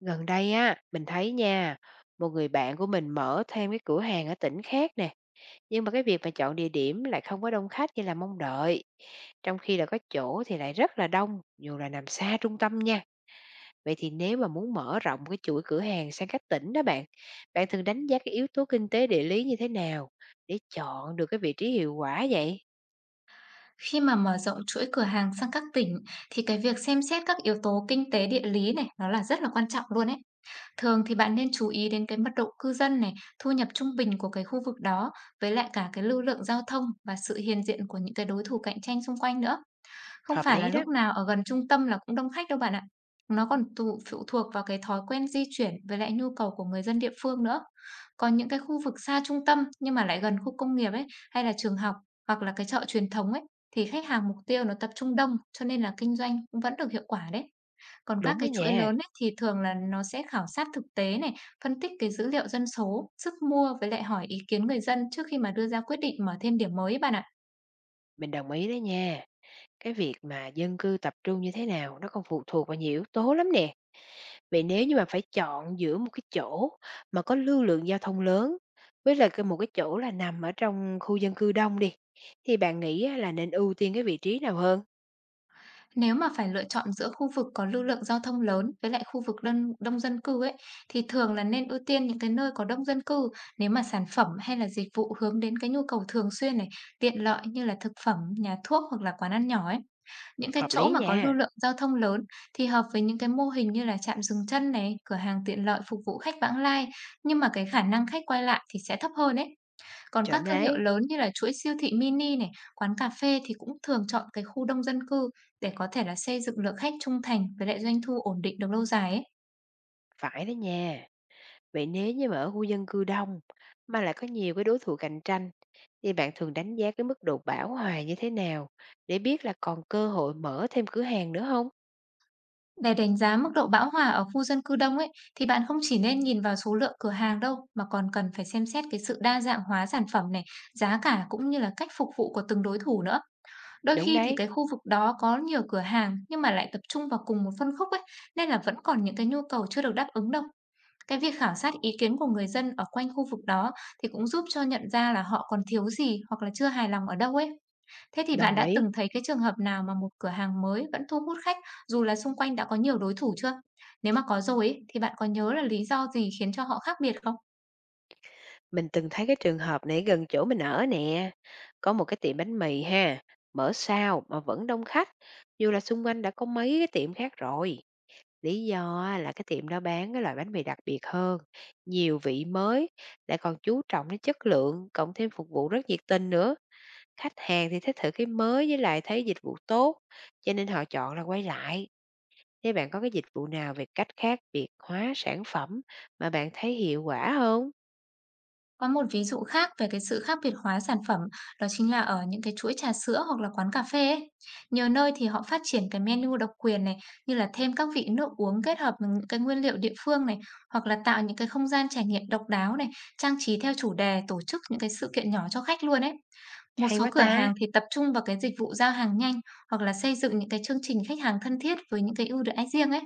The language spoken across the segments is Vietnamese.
Gần đây á, mình thấy nha, một người bạn của mình mở thêm cái cửa hàng ở tỉnh khác nè, nhưng mà cái việc mà chọn địa điểm lại không có đông khách như là mong đợi. Trong khi là có chỗ thì lại rất là đông, dù là nằm xa trung tâm nha. Vậy thì nếu mà muốn mở rộng cái chuỗi cửa hàng sang các tỉnh đó bạn, bạn thường đánh giá cái yếu tố kinh tế địa lý như thế nào để chọn được cái vị trí hiệu quả vậy? Khi mà mở rộng chuỗi cửa hàng sang các tỉnh thì cái việc xem xét các yếu tố kinh tế địa lý này nó là rất là quan trọng luôn ấy. Thường thì bạn nên chú ý đến cái mật độ cư dân này, thu nhập trung bình của cái khu vực đó, với lại cả cái lưu lượng giao thông và sự hiện diện của những cái đối thủ cạnh tranh xung quanh nữa. Không Hợp phải là lý đó, lúc nào ở gần trung tâm là cũng đông khách đâu bạn ạ. Nó còn tụ phụ thuộc vào cái thói quen di chuyển với lại nhu cầu của người dân địa phương nữa. Còn những cái khu vực xa trung tâm nhưng mà lại gần khu công nghiệp ấy, hay là trường học, hoặc là cái chợ truyền thống ấy, thì khách hàng mục tiêu nó tập trung đông, cho nên là kinh doanh cũng vẫn được hiệu quả đấy. Còn các đúng đó cái chuỗi nha, lớn ấy, thì thường là nó sẽ khảo sát thực tế này, phân tích cái dữ liệu dân số, sức mua, với lại hỏi ý kiến người dân trước khi mà đưa ra quyết định mở thêm điểm mới bạn ạ. mình đồng ý đó nha. Cái việc mà dân cư tập trung như thế nào nó còn phụ thuộc vào nhiều yếu tố lắm nè. Vậy nếu như mà phải chọn giữa một cái chỗ mà có lưu lượng giao thông lớn với lại một cái chỗ là nằm ở trong khu dân cư đông đi, thì bạn nghĩ á là nên ưu tiên cái vị trí nào hơn? Nếu mà phải lựa chọn giữa khu vực có lưu lượng giao thông lớn với lại khu vực đơn đông dân cư ấy, thì thường là nên ưu tiên những cái nơi có đông dân cư, nếu mà sản phẩm hay là dịch vụ hướng đến cái nhu cầu thường xuyên này, tiện lợi như là thực phẩm, nhà thuốc hoặc là quán ăn nhỏ ấy. Những cái Hợp chỗ lý mà có lưu nha, lượng giao thông lớn thì hợp với những cái mô hình như là trạm dừng chân này, cửa hàng tiện lợi phục vụ khách vãng lai, nhưng mà cái khả năng khách quay lại thì sẽ thấp hơn ấy. Còn các chuẩn thương hiệu đấy, lớn như là chuỗi siêu thị mini này, quán cà phê thì cũng thường chọn cái khu đông dân cư để có thể là xây dựng lượng khách trung thành với lại doanh thu ổn định được lâu dài ấy. phải đó nha. Vậy nếu như mà ở khu dân cư đông mà lại có nhiều cái đối thủ cạnh tranh, thì bạn thường đánh giá cái mức độ bão hòa như thế nào để biết là còn cơ hội mở thêm cửa hàng nữa không? Để đánh giá mức độ bão hòa ở khu dân cư đông ấy, thì bạn không chỉ nên nhìn vào số lượng cửa hàng đâu, mà còn cần phải xem xét cái sự đa dạng hóa sản phẩm này, giá cả cũng như là cách phục vụ của từng đối thủ nữa. Đôi Đúng khi thì đấy, cái khu vực đó có nhiều cửa hàng nhưng mà lại tập trung vào cùng một phân khúc ấy, nên là vẫn còn những cái nhu cầu chưa được đáp ứng đâu. Cái việc khảo sát ý kiến của người dân ở quanh khu vực đó thì cũng giúp cho nhận ra là họ còn thiếu gì, hoặc là chưa hài lòng ở đâu ấy. Thế thì bạn đồng đã ý. từng thấy cái trường hợp nào mà một cửa hàng mới vẫn thu hút khách dù là xung quanh đã có nhiều đối thủ chưa? Nếu mà có rồi ấy, thì bạn có nhớ là lý do gì khiến cho họ khác biệt không? Mình từng thấy cái trường hợp này gần chỗ mình ở nè. Có một cái tiệm bánh mì ha, mở sao mà vẫn đông khách, dù là xung quanh đã có mấy cái tiệm khác rồi. Lý do á, là cái tiệm đó bán cái loại bánh mì đặc biệt hơn, nhiều vị mới, lại còn chú trọng đến chất lượng, cộng thêm phục vụ rất nhiệt tình nữa. Khách hàng thì thích thử cái mới với lại thấy dịch vụ tốt, cho nên họ chọn là quay lại. Thế bạn có cái dịch vụ nào về cách khác biệt hóa sản phẩm mà bạn thấy hiệu quả không? Có một ví dụ khác về cái sự khác biệt hóa sản phẩm, đó chính là ở những cái chuỗi trà sữa hoặc là quán cà phê ấy. Nhiều nơi thì họ phát triển cái menu độc quyền này, như là thêm các vị nước uống kết hợp với những cái nguyên liệu địa phương này, hoặc là tạo những cái không gian trải nghiệm độc đáo này, trang trí theo chủ đề, tổ chức những cái sự kiện nhỏ cho khách luôn ấy. Một Hay số quá cửa ta, hàng thì tập trung vào cái dịch vụ giao hàng nhanh, hoặc là xây dựng những cái chương trình khách hàng thân thiết với những cái ưu đãi riêng ấy.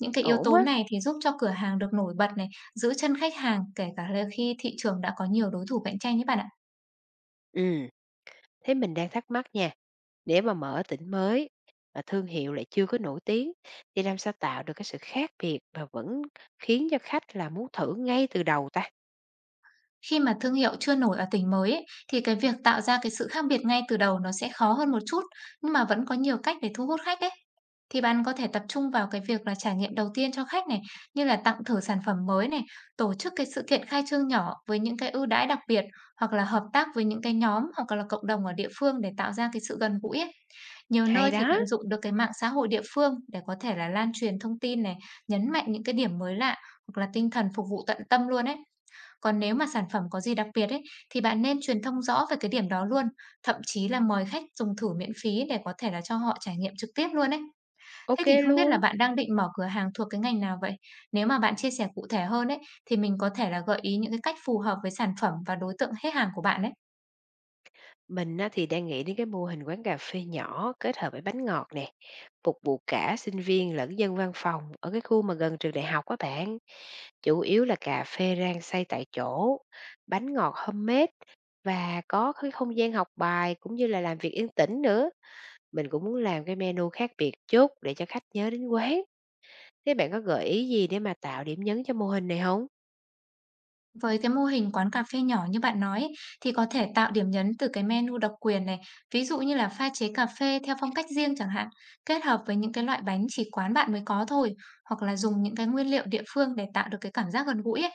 Những cái yếu ổn tố á. này thì giúp cho cửa hàng được nổi bật này, giữ chân khách hàng kể cả là khi thị trường đã có nhiều đối thủ cạnh tranh ấy bạn ạ. Ừ, thế mình đang thắc mắc nha, nếu mà mở tỉnh mới mà thương hiệu lại chưa có nổi tiếng thì làm sao tạo được cái sự khác biệt mà vẫn khiến cho khách là muốn thử ngay từ đầu ta? Khi mà thương hiệu chưa nổi ở tỉnh mới ấy, thì cái việc tạo ra cái sự khác biệt ngay từ đầu nó sẽ khó hơn một chút, nhưng mà vẫn có nhiều cách để thu hút khách ấy. Thì bạn có thể tập trung vào cái việc là trải nghiệm đầu tiên cho khách này, như là tặng thử sản phẩm mới này, tổ chức cái sự kiện khai trương nhỏ với những cái ưu đãi đặc biệt, hoặc là hợp tác với những cái nhóm hoặc là cộng đồng ở địa phương để tạo ra cái sự gần gũi ấy. Nhiều nơi Hay thì đó, tận dụng được cái mạng xã hội địa phương để có thể là lan truyền thông tin này, nhấn mạnh những cái điểm mới lạ hoặc là tinh thần phục vụ tận tâm luôn ấy. Còn nếu mà sản phẩm có gì đặc biệt ấy, thì bạn nên truyền thông rõ về cái điểm đó luôn, thậm chí là mời khách dùng thử miễn phí để có thể là cho họ trải nghiệm trực tiếp luôn ấy. Thế ok thì không biết là luôn. bạn đang định mở cửa hàng thuộc cái ngành nào vậy? Nếu mà bạn chia sẻ cụ thể hơn ấy, thì mình có thể là gợi ý những cái cách phù hợp với sản phẩm và đối tượng khách hàng của bạn đấy. Mình á, thì đang nghĩ đến cái mô hình quán cà phê nhỏ kết hợp với bánh ngọt nè, phục vụ cả sinh viên lẫn dân văn phòng ở cái khu mà gần trường đại học các bạn. Chủ yếu là cà phê rang xay tại chỗ, bánh ngọt homemade và có cái không gian học bài cũng như là làm việc yên tĩnh nữa. Mình cũng muốn làm cái menu khác biệt chút để cho khách nhớ đến quán. Thế bạn có gợi ý gì để mà tạo điểm nhấn cho mô hình này không? Với cái mô hình quán cà phê nhỏ như bạn nói ấy, thì có thể tạo điểm nhấn từ cái menu độc quyền này, ví dụ như là pha chế cà phê theo phong cách riêng chẳng hạn, kết hợp với những cái loại bánh chỉ quán bạn mới có thôi, hoặc là dùng những cái nguyên liệu địa phương để tạo được cái cảm giác gần gũi ấy.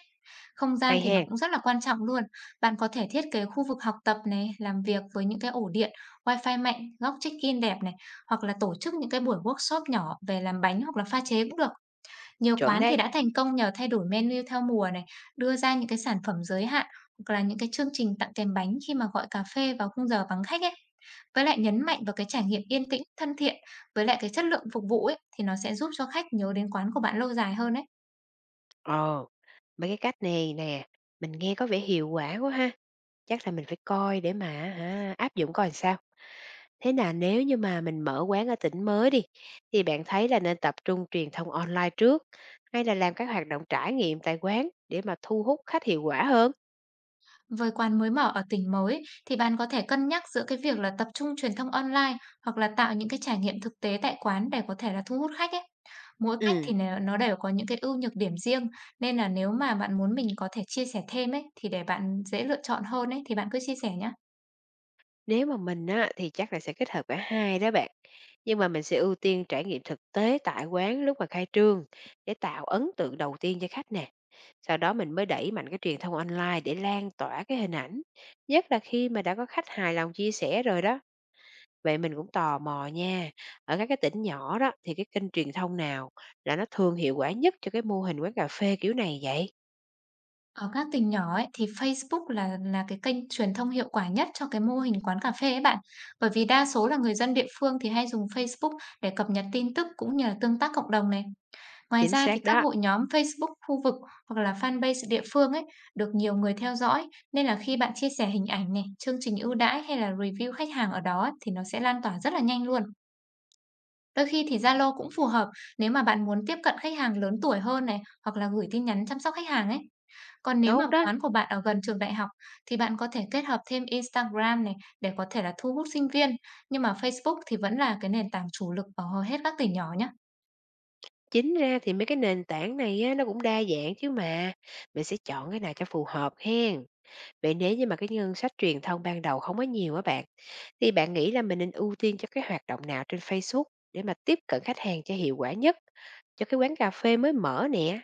Không gian Hay thì nó hen, cũng rất là quan trọng luôn. Bạn có thể thiết kế khu vực học tập này, làm việc với những cái ổ điện, wifi mạnh, góc check-in đẹp này, hoặc là tổ chức những cái buổi workshop nhỏ về làm bánh hoặc là pha chế cũng được. Nhiều chuẩn quán thì đấy. đã thành công nhờ thay đổi menu theo mùa này, đưa ra những cái sản phẩm giới hạn, hoặc là những cái chương trình tặng kèm bánh khi mà gọi cà phê vào khung giờ vắng khách ấy. Với lại nhấn mạnh vào cái trải nghiệm yên tĩnh, thân thiện với lại cái chất lượng phục vụ ấy, thì nó sẽ giúp cho khách nhớ đến quán của bạn lâu dài hơn ấy. Ồ, mấy cái cách này nè, mình nghe có vẻ hiệu quả quá ha. Chắc là mình phải coi để mà áp dụng coi làm sao. Thế là nếu như mà mình mở quán ở tỉnh mới đi, thì bạn thấy là nên tập trung truyền thông online trước, hay là làm các hoạt động trải nghiệm tại quán để mà thu hút khách hiệu quả hơn? Với quán mới mở ở tỉnh mới thì bạn có thể cân nhắc giữa cái việc là tập trung truyền thông online, hoặc là tạo những cái trải nghiệm thực tế tại quán để có thể là thu hút khách ấy. Mỗi cách Ừ. thì nó đều có những cái ưu nhược điểm riêng, nên là nếu mà bạn muốn mình có thể chia sẻ thêm ấy, thì để bạn dễ lựa chọn hơn ấy thì bạn cứ chia sẻ nhé. Nếu mà mình á, thì chắc là sẽ kết hợp cả hai đó bạn. Nhưng mà mình sẽ ưu tiên trải nghiệm thực tế tại quán lúc mà khai trương để tạo ấn tượng đầu tiên cho khách nè. Sau đó mình mới đẩy mạnh cái truyền thông online để lan tỏa cái hình ảnh. Nhất là khi mà đã có khách hài lòng chia sẻ rồi đó. Vậy mình cũng tò mò nha. Ở các cái tỉnh nhỏ đó thì cái kênh truyền thông nào là nó thường hiệu quả nhất cho cái mô hình quán cà phê kiểu này vậy? Ở các tỉnh nhỏ ấy thì Facebook là cái kênh truyền thông hiệu quả nhất cho cái mô hình quán cà phê ấy bạn. Bởi vì đa số là người dân địa phương thì hay dùng Facebook để cập nhật tin tức cũng như là tương tác cộng đồng này. Ngoài Chính ra thì xác các đó. hội nhóm Facebook khu vực hoặc là fanpage địa phương ấy được nhiều người theo dõi, nên là khi bạn chia sẻ hình ảnh này, chương trình ưu đãi hay là review khách hàng ở đó ấy, thì nó sẽ lan tỏa rất là nhanh luôn. Đôi khi thì Zalo cũng phù hợp nếu mà bạn muốn tiếp cận khách hàng lớn tuổi hơn này, hoặc là gửi tin nhắn chăm sóc khách hàng ấy. Còn nếu mà Tốt đó. quán của bạn ở gần trường đại học thì bạn có thể kết hợp thêm Instagram này để có thể là thu hút sinh viên. Nhưng mà Facebook thì vẫn là cái nền tảng chủ lực ở hầu hết các tỉnh nhỏ nhé. Chính ra thì mấy cái nền tảng này á, nó cũng đa dạng chứ mà. Mình sẽ chọn cái nào cho phù hợp hen. Vậy nếu như mà cái ngân sách truyền thông ban đầu không có nhiều á bạn, thì bạn nghĩ là mình nên ưu tiên cho cái hoạt động nào trên Facebook để mà tiếp cận khách hàng cho hiệu quả nhất? Cho cái quán cà phê mới mở nè,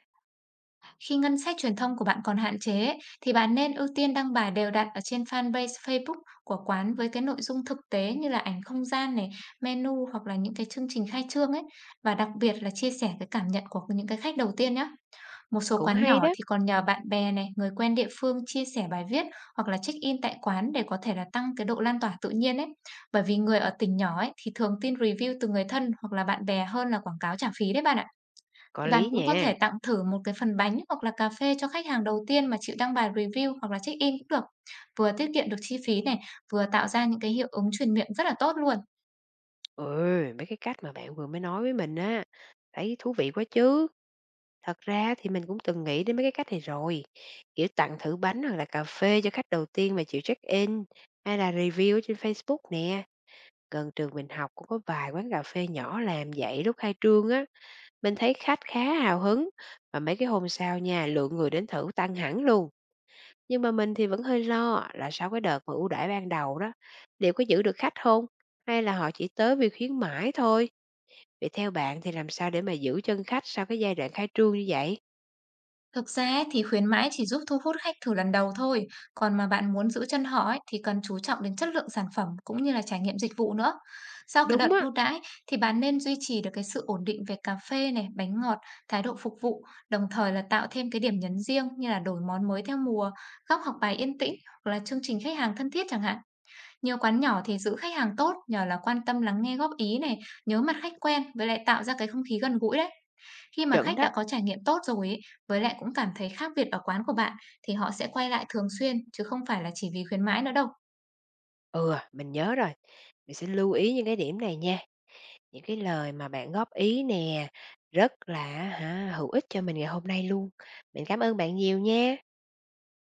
Khi ngân sách truyền thông của bạn còn hạn chế ấy, thì bạn nên ưu tiên đăng bài đều đặn ở trên fanpage Facebook của quán với cái nội dung thực tế như là ảnh không gian này, menu hoặc là những cái chương trình khai trương ấy, và đặc biệt là chia sẻ cái cảm nhận của những cái khách đầu tiên nhé. Một số cũng quán nhỏ hay đó. thì còn nhờ bạn bè này, người quen địa phương chia sẻ bài viết hoặc là check in tại quán để có thể là tăng cái độ lan tỏa tự nhiên ấy. Bởi vì người ở tỉnh nhỏ ấy thì thường tin review từ người thân hoặc là bạn bè hơn là quảng cáo trả phí đấy bạn ạ. Có Thì bạn lý cũng có nha. thể tặng thử một cái phần bánh hoặc là cà phê cho khách hàng đầu tiên mà chịu đăng bài review hoặc là check-in cũng được. Vừa tiết kiệm được chi phí này, vừa tạo ra những cái hiệu ứng truyền miệng rất là tốt luôn. Ừ, mấy cái cách mà bạn vừa mới nói với mình á, thấy thú vị quá chứ. Thật ra thì mình cũng từng nghĩ đến mấy cái cách này rồi, kiểu tặng thử bánh hoặc là cà phê cho khách đầu tiên mà chịu check-in, hay là review ở trên Facebook nè. Gần trường mình học cũng có vài quán cà phê nhỏ làm vậy lúc khai trương á, mình thấy khách khá hào hứng. Và mấy cái hôm sau nha, lượng người đến thử tăng hẳn luôn. Nhưng mà mình thì vẫn hơi lo là sau cái đợt mà ưu đãi ban đầu đó, liệu có giữ được khách không? Hay là họ chỉ tới vì khuyến mãi thôi? Vậy theo bạn thì làm sao để mà giữ chân khách sau cái giai đoạn khai trương như vậy? Thực ra ấy, thì khuyến mãi chỉ giúp thu hút khách thử lần đầu thôi, còn mà bạn muốn giữ chân họ ấy, thì cần chú trọng đến chất lượng sản phẩm cũng như là trải nghiệm dịch vụ nữa. Sau cái đợt Đúng á. ưu đãi thì bạn nên duy trì được cái sự ổn định về cà phê này, bánh ngọt, thái độ phục vụ, đồng thời là tạo thêm cái điểm nhấn riêng như là đổi món mới theo mùa, góc học bài yên tĩnh, hoặc là chương trình khách hàng thân thiết chẳng hạn. Nhiều quán nhỏ thì giữ khách hàng tốt nhờ là quan tâm lắng nghe góp ý này, nhớ mặt khách quen với lại tạo ra cái không khí gần gũi đấy. Khi mà Chuẩn khách đó. đã có trải nghiệm tốt rồi ấy, với lại cũng cảm thấy khác biệt ở quán của bạn, thì họ sẽ quay lại thường xuyên chứ không phải là chỉ vì khuyến mãi nữa đâu. Ừ, mình nhớ rồi. Mình sẽ lưu ý những cái điểm này nha. Những cái lời mà bạn góp ý nè, rất là hữu ích cho mình ngày hôm nay luôn. Mình cảm ơn bạn nhiều nha.